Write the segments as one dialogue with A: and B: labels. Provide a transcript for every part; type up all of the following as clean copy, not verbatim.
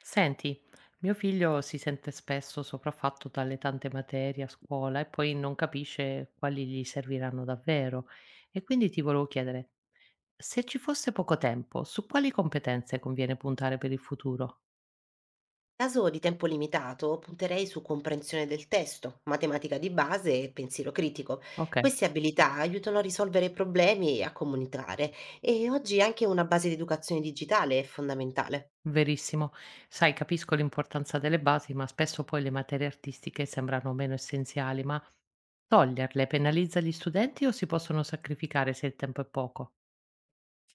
A: Senti, mio figlio si sente spesso sopraffatto dalle tante materie a scuola e poi non capisce quali gli serviranno davvero. E quindi ti volevo chiedere, se ci fosse poco tempo, su quali competenze conviene puntare per il futuro?
B: Caso di tempo limitato, punterei su comprensione del testo, matematica di base e pensiero critico.
A: Ok,
B: Queste abilità aiutano a risolvere problemi e a comunicare, e oggi anche una base di educazione digitale è fondamentale.
A: verissimo. Sai, capisco l'importanza delle basi, ma spesso poi le materie artistiche sembrano meno essenziali, ma toglierle penalizza gli studenti o si possono sacrificare se il tempo è poco?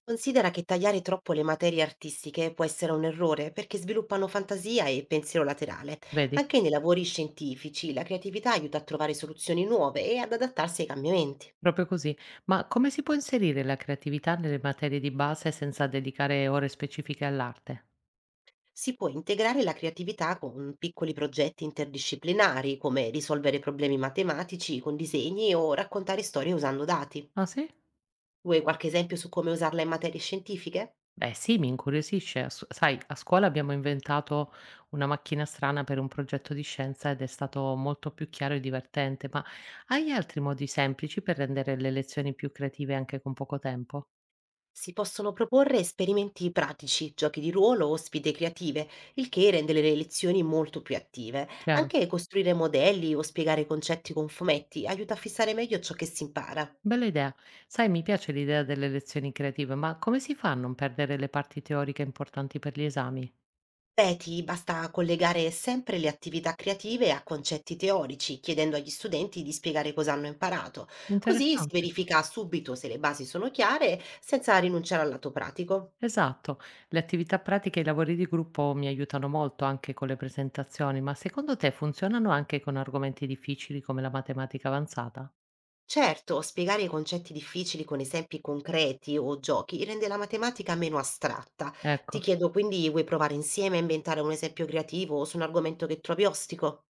B: Considera che tagliare troppo le materie artistiche può essere un errore perché sviluppano fantasia e pensiero laterale.
A: Vedi?
B: Anche nei lavori scientifici la creatività aiuta a trovare soluzioni nuove e ad adattarsi ai cambiamenti.
A: Proprio così. Ma come si può inserire la creatività nelle materie di base senza dedicare ore specifiche all'arte?
B: Si può integrare la creatività con piccoli progetti interdisciplinari, come risolvere problemi matematici con disegni o raccontare storie usando dati.
A: Ah sì?
B: Vuoi qualche esempio su come usarla in materie scientifiche?
A: Beh sì, mi incuriosisce. Sai, a scuola abbiamo inventato una macchina strana per un progetto di scienza ed è stato molto più chiaro e divertente, ma hai altri modi semplici per rendere le lezioni più creative anche con poco tempo?
B: Si possono proporre esperimenti pratici, giochi di ruolo o sfide creative, il che rende le lezioni molto più attive.
A: Chiaro.
B: Anche costruire modelli o spiegare concetti con fumetti aiuta a fissare meglio ciò che si impara.
A: Bella idea. Sai, mi piace l'idea delle lezioni creative, ma come si fa a non perdere le parti teoriche importanti per gli esami?
B: Beh, ti basta collegare sempre le attività creative a concetti teorici, chiedendo agli studenti di spiegare cosa hanno imparato. Così si
A: Interessante.
B: verifica subito se le basi sono chiare, senza rinunciare al lato pratico.
A: Esatto. Le attività pratiche e i lavori di gruppo mi aiutano molto anche con le presentazioni, ma secondo te funzionano anche con argomenti difficili come la matematica avanzata?
B: Certo, spiegare i concetti difficili con esempi concreti o giochi rende la matematica meno astratta. Ti
A: Ecco,
B: chiedo quindi, vuoi provare insieme a inventare un esempio creativo su un argomento che trovi ostico?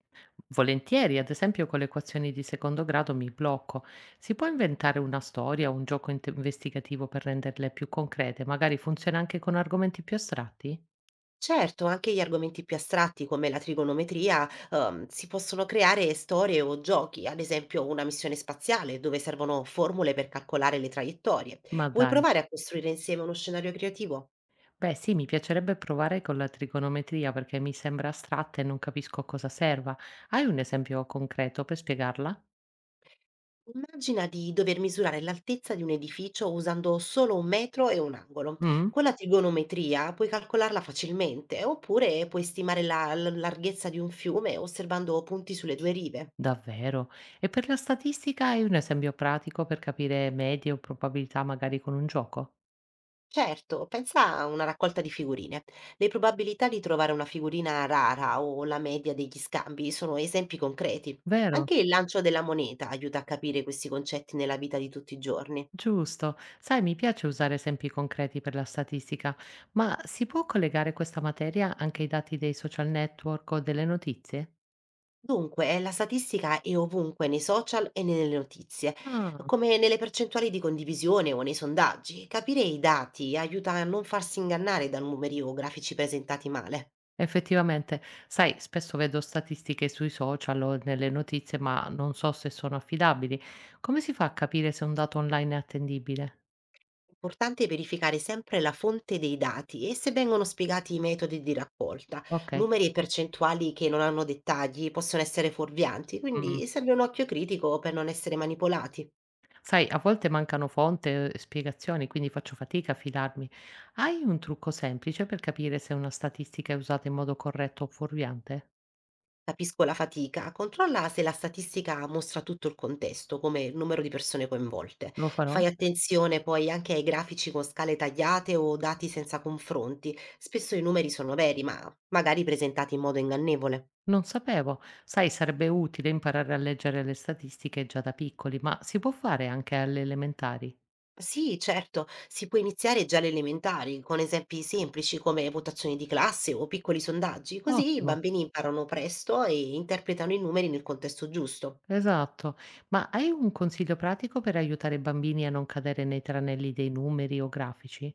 A: volentieri, ad esempio con le equazioni di secondo grado mi blocco. Si può inventare una storia o un gioco investigativo per renderle più concrete? Magari funziona anche con argomenti più astratti?
B: Certo, anche gli argomenti più astratti come la trigonometria, si possono creare storie o giochi, ad esempio una missione spaziale dove servono formule per calcolare le traiettorie.
A: Ma
B: Vuoi
A: dai.
B: provare a costruire insieme uno scenario creativo?
A: Beh, sì, mi piacerebbe provare con la trigonometria perché mi sembra astratta e non capisco a cosa serva. Hai un esempio concreto per spiegarla?
B: Immagina di dover misurare l'altezza di un edificio usando solo un metro e un angolo.
A: Mh?
B: Con la trigonometria puoi calcolarla facilmente, oppure puoi stimare la larghezza di un fiume osservando punti sulle due rive.
A: Davvero? E per la statistica hai un esempio pratico per capire medie o probabilità magari con un gioco?
B: Certo, pensa a una raccolta di figurine. Le probabilità di trovare una figurina rara o la media degli scambi sono esempi concreti.
A: Vero?
B: Anche il lancio della moneta aiuta a capire questi concetti nella vita di tutti i giorni.
A: Giusto. Sai, mi piace usare esempi concreti per la statistica, ma si può collegare questa materia anche ai dati dei social network o delle notizie?
B: Dunque, la statistica è ovunque nei social e nelle notizie,
A: Ah,
B: come nelle percentuali di condivisione o nei sondaggi. Capire i dati aiuta a non farsi ingannare da numeri o grafici presentati male.
A: effettivamente, sai, spesso vedo statistiche sui social o nelle notizie, ma non so se sono affidabili. Come si fa a capire se un dato online è attendibile?
B: Importante verificare sempre la fonte dei dati e se vengono spiegati i metodi di raccolta.
A: Ok.
B: Numeri e percentuali che non hanno dettagli possono essere fuorvianti,
A: Mm.
B: quindi serve un occhio critico per non essere manipolati.
A: Sai, a volte mancano fonti e spiegazioni, quindi faccio fatica a fidarmi. Hai un trucco semplice per capire se una statistica è usata in modo corretto o fuorviante?
B: Capisco la fatica, controlla se la statistica mostra tutto il contesto, come il numero di persone coinvolte.
A: Lo farò?
B: Fai attenzione poi anche ai grafici con scale tagliate o dati senza confronti. Spesso i numeri sono veri, ma magari presentati in modo ingannevole.
A: Non sapevo. Sai, sarebbe utile imparare a leggere le statistiche già da piccoli, ma si può fare anche alle elementari.
B: Sì, certo, si può iniziare già alle elementari, con esempi semplici come votazioni di classe o piccoli sondaggi, così i
A: Ottimo.
B: bambini imparano presto e interpretano i numeri nel contesto giusto.
A: Esatto. Ma hai un consiglio pratico per aiutare i bambini a non cadere nei tranelli dei numeri o grafici?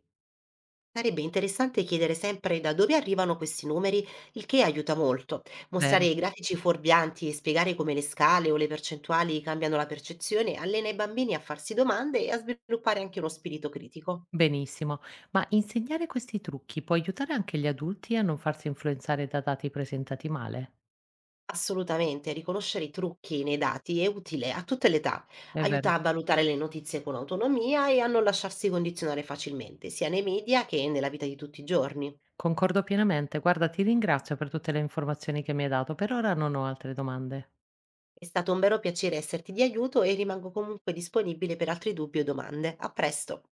B: Sarebbe interessante chiedere sempre da dove arrivano questi numeri, il che aiuta molto. Mostrare
A: Vero.
B: i grafici fuorvianti e spiegare come le scale o le percentuali cambiano la percezione allena i bambini a farsi domande e a sviluppare anche uno spirito critico.
A: Benissimo, ma insegnare questi trucchi può aiutare anche gli adulti a non farsi influenzare da dati presentati male?
B: Assolutamente, riconoscere i trucchi nei dati è utile a tutte le età,
A: È vero.
B: aiuta a valutare le notizie con autonomia e a non lasciarsi condizionare facilmente, sia nei media che nella vita di tutti i giorni.
A: Concordo pienamente. Guarda, ti ringrazio per tutte le informazioni che mi hai dato. Per ora non ho altre domande.
B: È stato un vero piacere esserti di aiuto e rimango comunque disponibile per altri dubbi o domande. A presto!